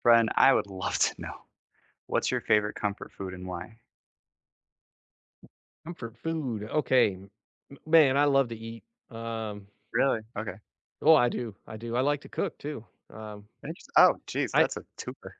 Friend, I would love to know. What's your favorite comfort food and why? Comfort food. Okay. M man, I love to eat. Um, Really? Okay. oh, I do, I do. I like to cook too. Interest Oh, geez, I that's a twofer.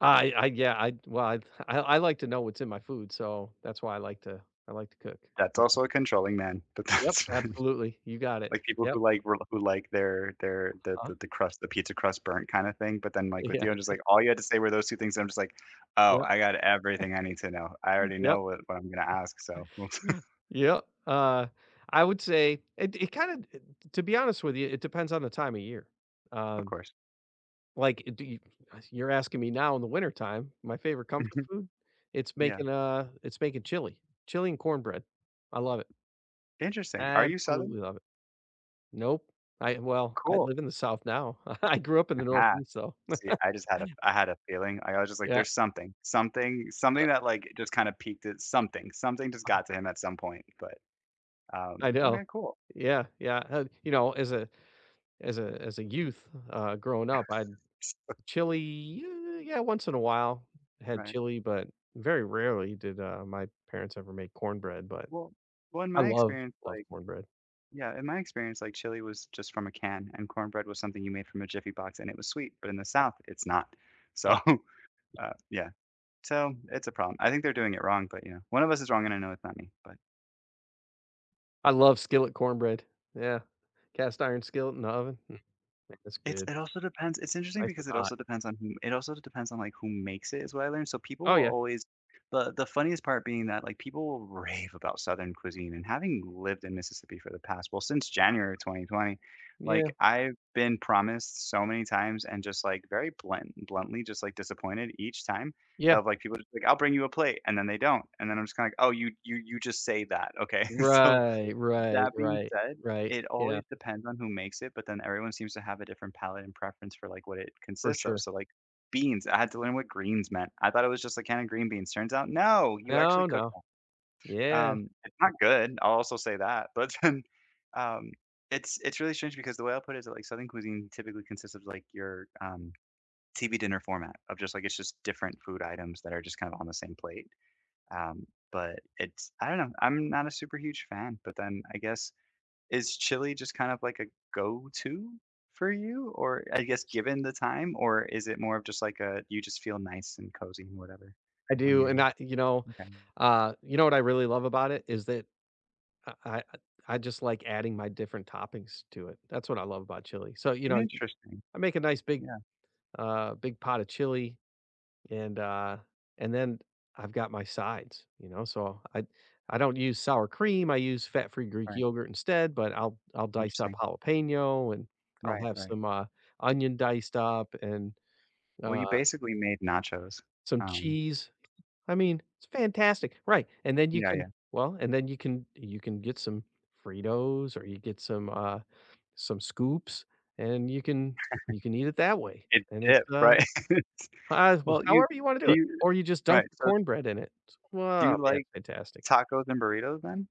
I yeah, I well, I like to know what's in my food, so that's why I like to cook. That's also a controlling man, but Yep, that's fine. absolutely. You got it. Like, people Yep. who like were who like their uh the crust, the pizza crust burnt kinda thing, but then, like, with Yeah. you, I'm just like, all you had to say were those 2 things. And I'm just like, "Oh, Yep. I got everything I need to know. I already Yep. know what I'm gonna ask, so." Yep. I would say it kinda, to be honest with you, it depends on the time of year. Of Um course. Like, do you you're asking me now in the wintertime, my favorite comfort food? It's Yeah. making, uh it's making chili. Chili and cornbread. I love it. Interesting. Are you Southern? Absolutely love it. Nope. I Cool. live in the South now. I grew up in the Northeast, though. See, I had a feeling. Like, I was just like, Yeah. "There's something, something, Uh, something that, like, just kinda peaked at something, something just got to him at some point," but, I know. okay, cool. Yeah, yeah. As a youth, growing up, I'd chili, yeah, once in a while had Right. chili, but very rarely did, my parents ever make cornbread, but Well well, in I my love, experience, love cornbread. In my experience, like, chili was just from a can, and cornbread was something you made from a Jiffy box, and it was sweet, but in the South, it's not. So, yeah. So, it's a problem. I think they're doing it wrong, but, you know, one of us is wrong, and I know it's not me, but I love skillet cornbread. Yeah. Cast iron skillet in the oven. Man, that's good. it also depends it's interesting Nice because and it hot. also depends on who. It also depends on, like, who makes it is what I learned, so people Oh, will yeah. always the funniest part being that, like, people will rave about Southern cuisine, and having lived in Mississippi for since January of 2020, like, Yeah. I've been promised so many times and just, like, very bluntly just, like, disappointed each time Yeah. Like, people just like, "I'll bring you a plate," and then they don't, and then I'm just kinda like, "Oh, you just say that, okay?" So, Right, right, that being right, said, right. it Yeah, always depends on who makes it, but then everyone seems to have a different palate and preference for, like, what it for consists of, sure. so, like, beans, I had to learn what greens meant. I thought it was just a can of green beans. Turns out, no, you actually No, cook no. them. Yeah, It's not good, I'll also say that, but then, um, it's really strange because the way I put it is that, like, Southern cuisine typically consists of, like, your, TV dinner format of just, it's just different food items that are just kind of on the same plate, um, but it's I don't know, I'm not a super huge fan, but then I guess is chili just kind of like a go-to for you? Or I guess given the time, or is it more of just like a you just feel nice and cozy and whatever I when do, you're and okay. You know what I really love about it is that I I I just like adding my different toppings to it. That's what I love about chili. So, Interesting. I make a nice big, Yeah, uh, big pot of chili and uh and then I've got my sides. So I don't use sour cream. I use fat-free Greek right. yogurt instead, but I'll dice up Interesting. jalapeno and I'll Right, have right. some onion diced up and Well, you uh basically made nachos. some Um, cheese. I mean, it's fantastic. Right. And then you yeah, can yeah. well, and then you can get some Fritos or you get some scoops and you can eat it that way. It And it's dipped, right? uh, Well, you however you wanna do do it, you or you just right, dunk the so cornbread in it. do you Wow, man, like fantastic. tacos and burritos then?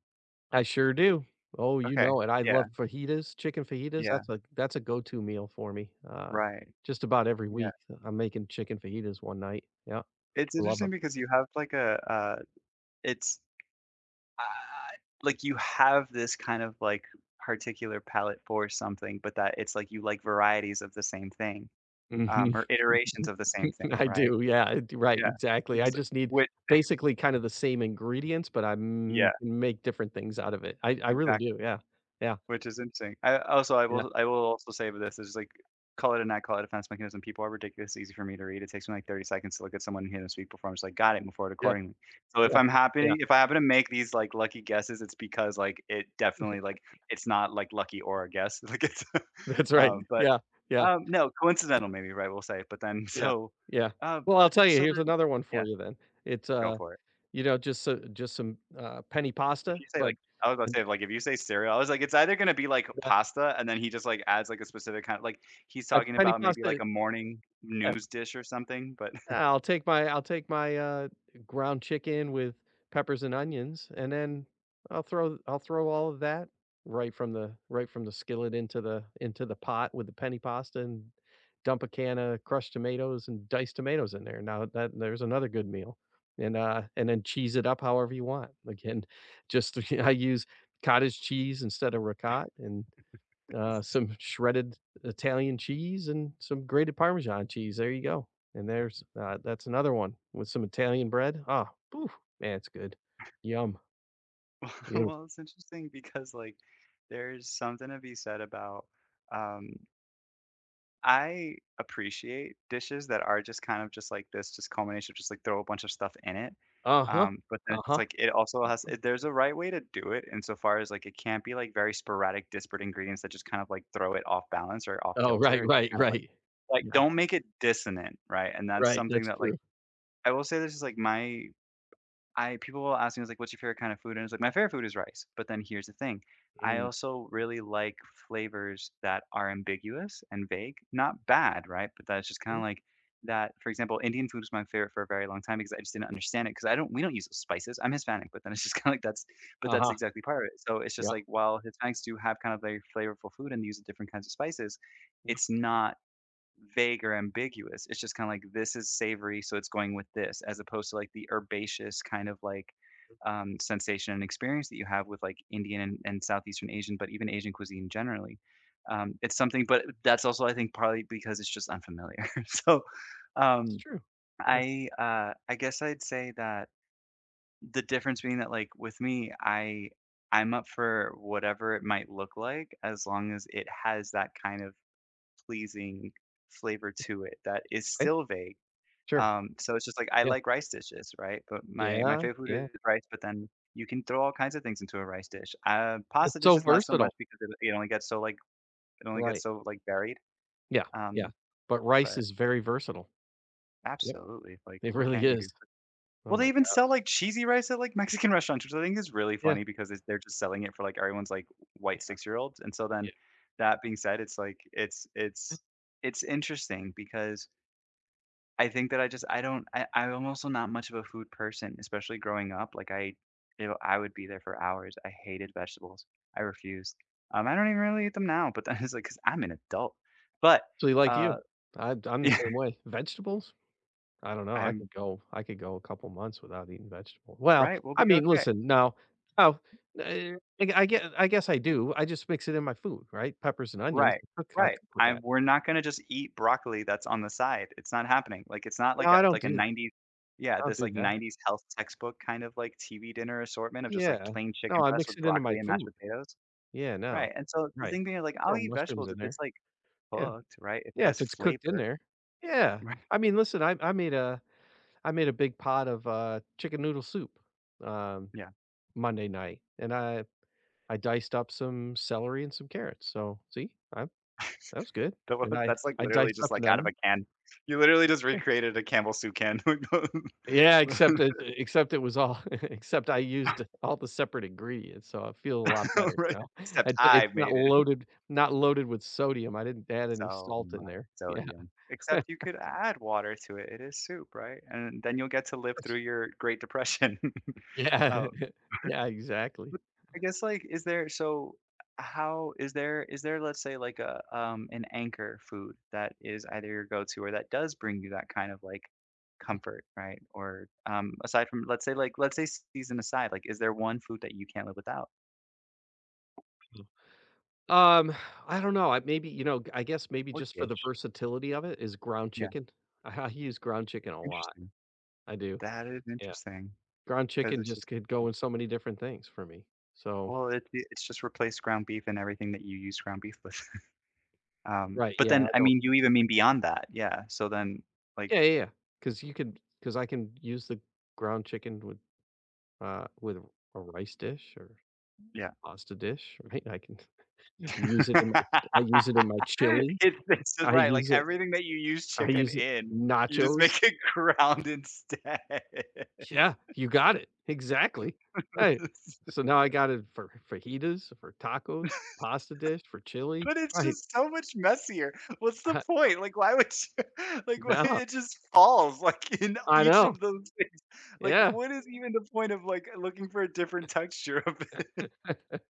I sure do. Oh, you Okay. know it. I Yeah, love fajitas, chicken fajitas. yeah, That's a go-to meal for me. Right, Just about every yeah. week, I'm making chicken fajitas one night. Yeah, It's love interesting 'em. because you have like a, it's Ah, like, you have this kind of, like, particular palate for something, but that it's like you like varieties of the same thing, Mhm. or iterations of the same thing, I right? do, yeah, I do, right, Yeah. exactly. Which I is like just need which basically kind of the same ingredients, but I yeah, m make different things out of it. I really exactly. do, yeah. Yeah, Which is interesting. Yeah, I will also say with this is like, call it a not call it a defense mechanism. People are ridiculously easy for me to read. It takes me like 30 seconds to look at someone and hear them speak before I'm just like, got it, move forward yeah, accordingly. So yeah, yeah. If I happen to make these like lucky guesses, it's because like it definitely it's not like lucky or a guess. Like it's That's right. But Yeah, yeah. No, coincidental maybe, right? We'll say. But then Yeah, so yeah. uh, Well, I'll tell you, so here's then another one for yeah, you then. It's, go for it. Just some, penne If pasta, you say, but like I was about to say, like, if you say cereal, I was like, it's either gonna be, like, uh, pasta, and then he just, like, adds, like, a specific kind of he's that's talking penny about maybe, like, pasta. a morning news dish or something, but I'll take my I'll take my, uh, ground chicken with peppers and onions, and then I'll throw all of that right from the skillet into the pot with the penny pasta and dump a can of crushed tomatoes and diced tomatoes in there. Now that there's another good meal. And then cheese it up however you want. Again, just I use cottage cheese instead of ricotta and some shredded Italian cheese and some grated Parmesan cheese. There you go. And there's that's another one with some Italian bread. Ah, poof, man, it's good. Yum. well, Beautiful. it's interesting because, like, there's something to be said about, um I appreciate dishes that are just kind of just like this, just culmination, of just like throw a bunch of stuff in it. Uh huh. But then Uh it's just huh. like it also there's a right way to do it insofar as like it can't be like very sporadic, disparate ingredients that just kind of like throw it off balance or off Oh, right, kilter. It just right, kind of right. like Yeah, don't make it dissonant, right? And that's right. something That's that true. I will say this is like my I people will ask me, it's like, "What's your favorite kind of food?" And it's like, "My favorite food is rice." But then here's the thing. I Mhm. also really like flavors that are ambiguous and vague. Not bad, right? But that's just kind of like that. For example, Indian food was my favorite for a very long time because I just didn't understand it because I don't we don't use those spices. I'm Hispanic, but then it's just kind of like that's but Uh that's huh. exactly part of it. So it's just Yeah. like while Hispanics do have kind of very flavorful food and use different kinds of spices, Yeah. it's not vague or ambiguous. It's just kinda like, this is savory, so it's going with this, as opposed to, like, the herbaceous kind of, like, sensation and experience that you have with, like, Indian and Southeastern Asian, but even Asian cuisine generally. It's something But that's also, I think, partly because it's just unfamiliar. So, It's um, true. Yeah. I guess I'd say that the difference being that, like, with me, I'm up for whatever it might look like as long as it has that kind of pleasing flavor to it that is Right. still vague. Sure. So it's just like I Yeah. like rice dishes, right? But my Yeah. favorite food Yeah. is rice, but then you can throw all kinds of things into a rice dish. It's Pasta so dishes not so much versatile. because it only gets so it only gets Right. so like varied. Yeah. Yeah. Um, But rice but is very versatile. Yep. absolutely, like It what really can't you is. do? Well, Oh they my even God. sell like cheesy rice at like Mexican restaurants, which I think is really Yeah. funny because they're just selling it for like everyone's like white Yeah. 6 year olds. And so then, that being said, it's like it's it's interesting because I think that I just I don't I I'm also not much of a food person, especially growing up, like, I you know, I would be there for hours, I hated vegetables, I refused. I don't even really eat them now, but then it's because 'cause I'm an adult, but, Actually, like you, uh, I I'm the yeah, same way. Vegetables? I don't know. I I'm could go I could go a couple months without eating vegetables. Well, right, we'll I be mean, okay. listen, no, oh, eh, I guess I do. I just mix it in my food, right? Peppers and onions, Right, I cook I right, cook with I'm that. we're not gonna just eat broccoli that's on the side, it's not happening, like, it's not No, like I a don't do 90s yeah, I don't this, do like, that. 90s health textbook kind of, like, TV dinner assortment of just, like, Yeah. plain No, chicken I breast mix with it into my broccoli and mashed food. potatoes. Yeah, Right, no. and so the Right. thing being, like, I'll Throw eat mushrooms vegetables if in it's, there. like, Yeah. cooked, right? If it Yeah, has if it's cooked in flavor, there. Yeah. right? I mean, listen, I made a big pot of, chicken noodle soup, um Yeah. Monday night, and I diced up some celery and some carrots, so see, I that was good, and I That's, like, I literally diced just, up an like, out of a onion. can. You literally just recreated a Campbell soup can. Yeah, except it was all except I used all the separate ingredients, so I feel a lot better, Right? you know? I Except d I it's not made it. loaded not loaded with sodium, I didn't add any So salt in much there. Yeah. sodium. Except you could add water to it. It is soup, right? And then you'll get to live through your Great Depression. Yeah. Um Yeah, exactly. But I guess like is there so how is there let's say like a an anchor food that is either your go-to or that does bring you that kind of like comfort, right? Or aside from let's say season aside, like is there one food that you can't live without Um, I don't know, I guess maybe or just for the dish? versatility of it is ground Yeah, chicken. I use ground chicken a lot. interesting. I do. That is Yeah. interesting Ground because chicken it's just just could like go that. in so many different things for me. So Well, it's just replace ground beef and everything that you use ground beef with. Right, But yeah, I then I don't mean, you even mean beyond that, yeah. So then yeah, like yeah, yeah. Because you could, because I can use the ground chicken with a rice dish or yeah. pasta dish, right? I can use it in my I use it in my chili. It's just I right, like, use it everything that you use I chicken use it in, you just nachos. make it ground instead. Yeah, you got it. Exactly. Hey, so now I got it for fajitas, for tacos, pasta dish, for chili. But it's Right. just so much messier. What's the I point? Like, why would you like, why no, it just falls, like, in I each know. of those things. Like, Yeah. what is even the point of, like, looking for a different texture of it?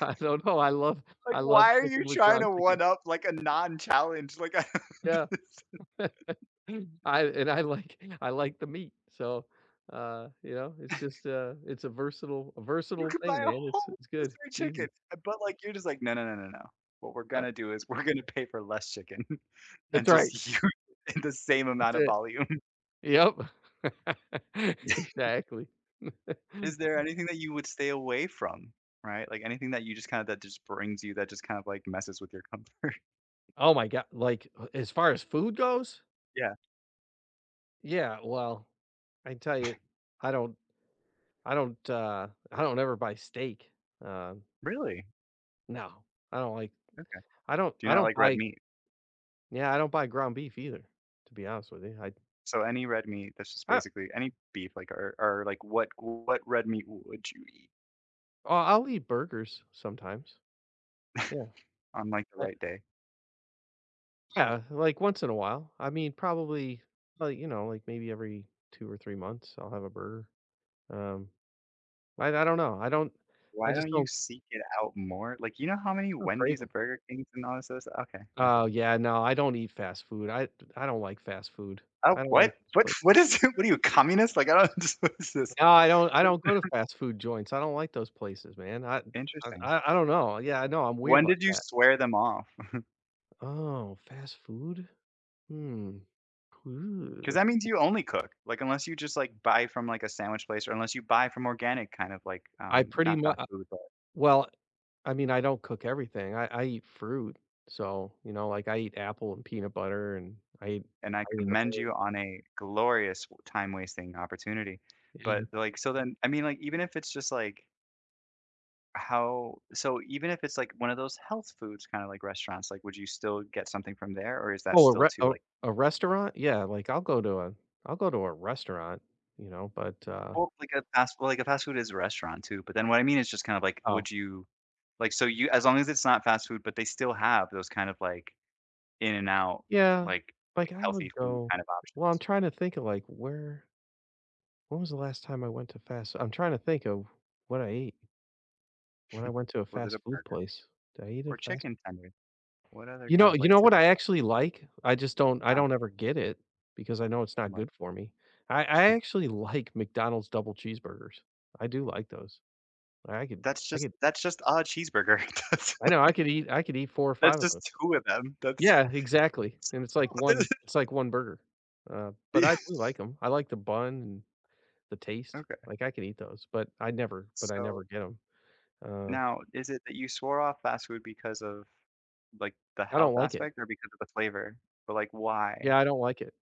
I don't know, I love Like, I love why are you cooking with trying ground to chicken. one up, like, a non-challenge? Like, Yeah. I and I like I like the meat, so, it's it's a versatile a you versatile could buy thing, a man, it's whole it's good, rotisserie it's chicken, easy. but, like, you're just like, "No, no, no, no, no. What we're Yeah, gonna do is we're gonna pay for less chicken and that's just right, use it in the same that's amount of it. volume." Yep. Exactly. Is there anything that you would stay away from, right? Like, anything that you just kinda that just brings you that just kind of, like, messes with your comfort? Oh my God, like, as far as food goes? Yeah. Yeah, well, I tell you, I don't I don't ever buy steak, um, Really? no, I don't like Okay. I don't Do you I not don't like red buy. meat? Yeah, I don't buy ground beef either, to be honest with you. So any red meat that's just I basically any beef, like, or, like, what red meat would you eat oh, I'll eat burgers sometimes. Yeah. on, like, the I right day? yeah, like once in a while. I mean, probably like, like maybe every 2 or 3 months I'll have a burger. Um, I don't know. I don't I Why just don't you don't seek it out more? Like, you know how many I don't crave Wendy's 'em. and Burger Kings and all this other stuff? Okay, I Oh, see. yeah, no, I don't eat fast food. I don't like fast food. Oh, I don't like what? those What what places. is it? What are you, communist? Like, I don't what is this? No, I don't I But don't go to fast food joints. I don't like those places, man. I I interesting. I I don't know. Yeah, I know, I'm weird When like did you that. swear them off? Oh, fast food? Hmm. Because Ooh. that means you only cook, like, unless you just, like, buy from, like, a sandwich place or unless you buy from organic kind of like, I pretty not much. fast food, but Well, I mean, I don't cook everything. I eat fruit, so, like, I eat apple and peanut butter, and I eat and I I eat an commend orange you on a glorious time wasting opportunity. But, and. like, so then I mean, like, even if it's just, like. How so even if it's, like, one of those health foods kinda like restaurants, like, would you still get something from there, or is that Oh, a still re too, like a restaurant? Yeah, like, I'll go to a restaurant, but, well, like a fast well, like, a fast food is a restaurant too, but then what I mean is just kind of, like, oh, would you like, so you as long as it's not fast food, but they still have those kind of, like, in and out, yeah. like like, Like, I healthy would food go kind of well, I'm options. trying to think of, like, where when was the last time I'm trying to think of what I ate when I went to a Was it a fast food burger place. Did I eat a or fast chicken tenders? What other You kind know, of, like, what I typical actually like? I just don't I huh, don't ever get it because I know it's I'm not like, good for me. I actually like McDonald's double cheeseburgers. I do like those. I could that's I just could that's just a cheeseburger. That's I know I could eat 4 or that's 5 of just those. 2 of them. That's Yeah, because exactly, it's and it's like so one it's like one burger, but small. I do like them. I like the bun and the taste. Okay. Like, I could eat those, but I never but I So, never get 'em. Uh, now is it that you swore off fast food because of, like, the I don't health like it. aspect or because of the flavor? But, like, why? Yeah, I don't like it.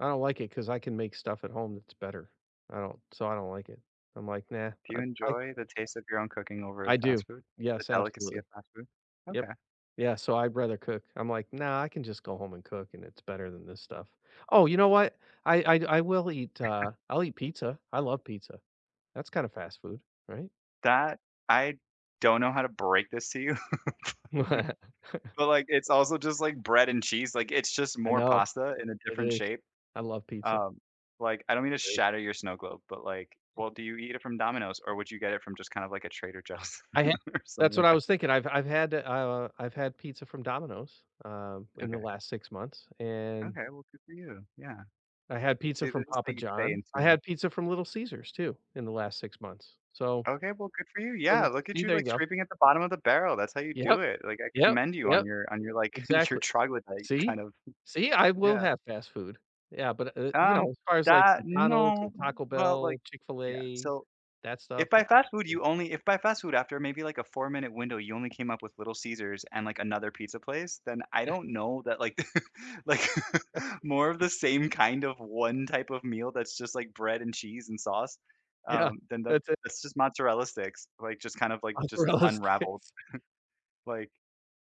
I don't like it because I can make stuff at home that's better. I don't so I don't like it. I'm like, "Nah." Do I you I enjoy the taste of your own cooking over I do. fast food? The Yes, delicacy of absolutely. fast food? Yep. Okay. Yeah, so I'd rather cook. I'm like, "Nah, I can just go home and cook, and it's better than this stuff." Oh, you know what? I'll eat pizza. I love pizza. That's kinda fast food, right? That I don't know how to break this to you, but, like, it's also just, like, bread and cheese, like, it's just I more know. pasta in a It different is. shape. I love pizza. Um, like, I don't mean to Great. shatter your snow globe, but, like, well, do you eat it from Domino's or would you get it from just kind of like a Trader Joe's I had or something that's what like I that? was thinking. I've had pizza from Domino's, in the Okay. last 6 months, and Okay, well, good for you, yeah. I had pizza See, this from is how Papa you stay John. in I tune. had pizza from Little Caesars too in the last 6 months. So, Okay, well, good for you. uh, Yeah, look at see, you there you like go. scraping at the bottom of the barrel. That's how you do Yep, it. Like I yep, commend you on yep, your on your like your exactly. troglodyte See? kind of. See, I will Yeah. have fast food. Yeah, but, Um as far as, like, that McDonald's or no Taco well like Bell, yeah. Chick-fil-A, So that stuff, if by nah. fast food you only if by fast food after maybe, like, a four-minute window, you only came up with Little Caesars and, like, another pizza place, then I don't know that, like like, more of the same kind of one type of meal that's just, like, bread and cheese and sauce, Yeah, then that that's it. that's just mozzarella sticks, like, just kind of, like, just Mozzarella unraveled. sticks. Like,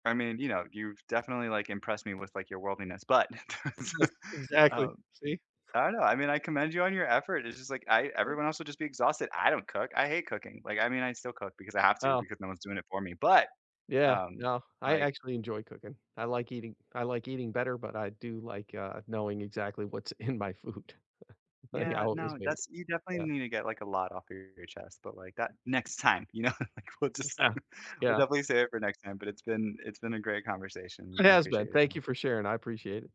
I mean, you know, you've definitely, like, impressed me with, like, your worldliness, but, Yes, exactly. um See? I don't know, I mean, I commend you on your effort, it's just like, I everyone else would just be exhausted, I don't cook, I hate cooking, like, I mean, I still cook because I have to, Oh. because no one's doing it for me, but, Yeah, um, no, I like, actually enjoy cooking. I like eating better, but I do like, knowing exactly what's in my food, like yeah, how it was no, made. that's you definitely Yeah. need to get, like, a lot off of your chest, but, like, that next time, you know, like, we'll just Yeah. we'll Yeah. definitely save it for next time, but it's been a great conversation, It I has appreciate been. your Thank time. you for sharing. I appreciate it.